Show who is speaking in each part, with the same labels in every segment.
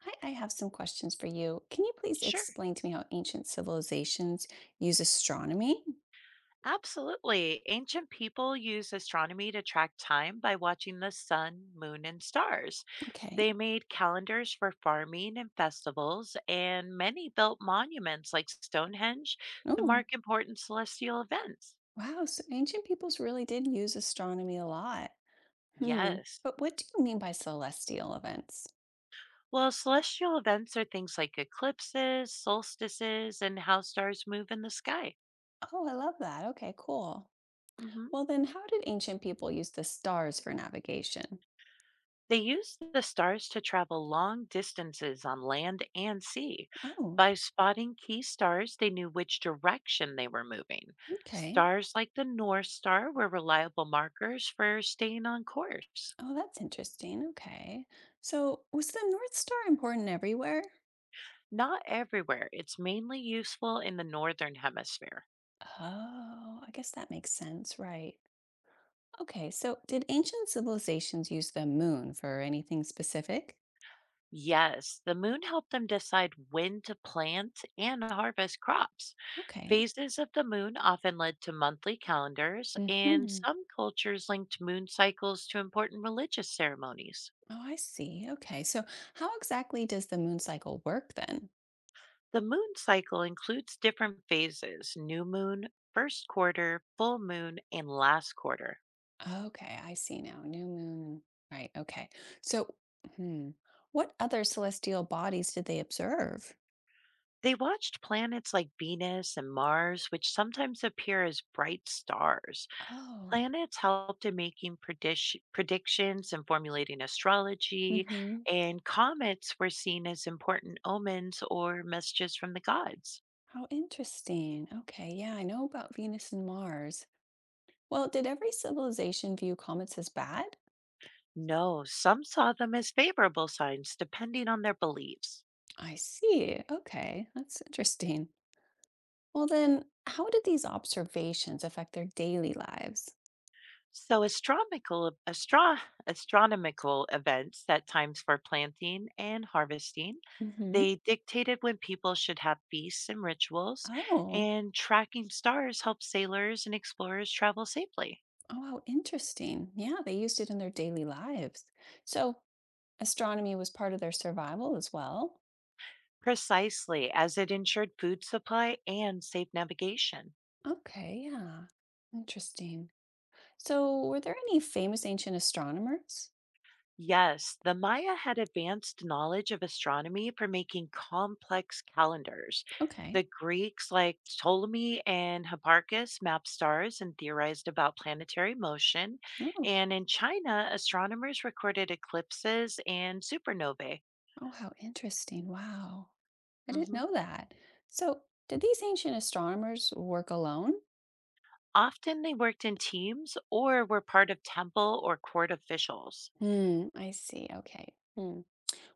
Speaker 1: Hi, I have some questions for you. Can you please
Speaker 2: Sure,
Speaker 1: explain to me how ancient civilizations use astronomy?
Speaker 2: absolutely. Ancient people used astronomy to track time by watching the sun, moon, and stars.
Speaker 1: Okay.
Speaker 2: They made calendars for farming and festivals, and many built monuments like Stonehenge to
Speaker 1: Oh,
Speaker 2: mark important celestial events.
Speaker 1: wow. So ancient peoples really did use astronomy a lot. Hmm.
Speaker 2: Yes.
Speaker 1: But what do you mean by celestial events?
Speaker 2: Well, celestial events are things like eclipses, solstices, and how stars move in the sky.
Speaker 1: Oh, I love that. Okay, cool.
Speaker 2: hmm
Speaker 1: Well, then, how did ancient people use the stars for navigation?
Speaker 2: They used the stars to travel long distances on land and sea.
Speaker 1: Oh,
Speaker 2: By spotting key stars, they knew which direction they were moving.
Speaker 1: okay.
Speaker 2: Stars like the North Star were reliable markers for staying on course.
Speaker 1: Oh, that's interesting. Okay. So, was the North Star important everywhere?
Speaker 2: Not everywhere, it's mainly useful in the Northern Hemisphere.
Speaker 1: Oh, I guess that makes sense, right? Okay, so did ancient civilizations use the moon for anything specific?
Speaker 2: Yes, the moon helped them decide when to plant and harvest crops.
Speaker 1: Okay.
Speaker 2: Phases of the moon often led to monthly calendars, and
Speaker 1: Hmm.
Speaker 2: some cultures linked moon cycles to important religious ceremonies.
Speaker 1: Oh, I see. Okay, so how exactly does the moon cycle work then?
Speaker 2: The moon cycle includes different phases: new moon, first quarter, full moon, and last quarter.
Speaker 1: Okay, I see now. New moon. Right. Okay. So, hmm, what other celestial bodies did they observe?
Speaker 2: They watched planets like Venus and Mars, which sometimes appear as bright stars.
Speaker 1: Oh.
Speaker 2: Planets helped in making predictions and formulating astrology,
Speaker 1: hmm
Speaker 2: and comets were seen as important omens or messages from the gods.
Speaker 1: How interesting. Okay, yeah, I know about Venus and Mars. Well, did every civilization view comets as bad?
Speaker 2: No, some saw them as favorable signs depending on their beliefs.
Speaker 1: I see. Okay, that's interesting. Well, then, how did these observations affect their daily lives?
Speaker 2: So, astronomical events set times for planting and harvesting.
Speaker 1: Hmm.
Speaker 2: They dictated when people should have feasts and rituals,
Speaker 1: Oh,
Speaker 2: and tracking stars helped sailors and explorers travel safely.
Speaker 1: oh, how interesting. Yeah, they used it in their daily lives. So astronomy was part of their survival as well.
Speaker 2: Precisely, as it ensured food supply and safe navigation.
Speaker 1: Okay, yeah, interesting. So were there any famous ancient astronomers?
Speaker 2: Yes, the Maya had advanced knowledge of astronomy for making complex calendars.
Speaker 1: Okay.
Speaker 2: The Greeks, like Ptolemy and Hipparchus, mapped stars and theorized about planetary motion.
Speaker 1: Oh,
Speaker 2: And in China, astronomers recorded eclipses and supernovae.
Speaker 1: oh, how interesting. Wow. I didn't
Speaker 2: Mhm.
Speaker 1: know that. So did these ancient astronomers work alone?
Speaker 2: Often they worked in teams or were part of temple or court officials.
Speaker 1: Hmm, I see. Okay. Hmm.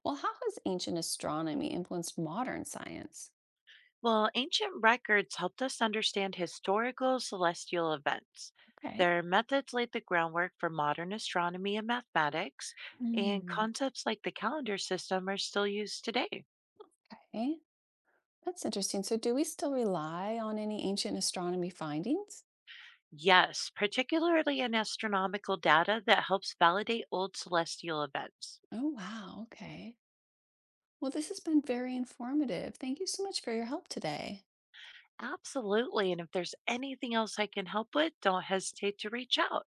Speaker 1: Well, how has ancient astronomy influenced modern science?
Speaker 2: Well, ancient records helped us understand historical celestial events.
Speaker 1: Okay.
Speaker 2: Their methods laid the groundwork for modern astronomy and mathematics, and
Speaker 1: Mm.
Speaker 2: concepts like the calendar system are still used today.
Speaker 1: Okay. That's interesting. So, do we still rely on any ancient astronomy findings?
Speaker 2: Yes, particularly in astronomical data that helps validate old celestial events.
Speaker 1: Oh, wow. Okay. Well, this has been very informative. Thank you so much for your help today.
Speaker 2: Absolutely. And if there's anything else I can help with, don't hesitate to reach out.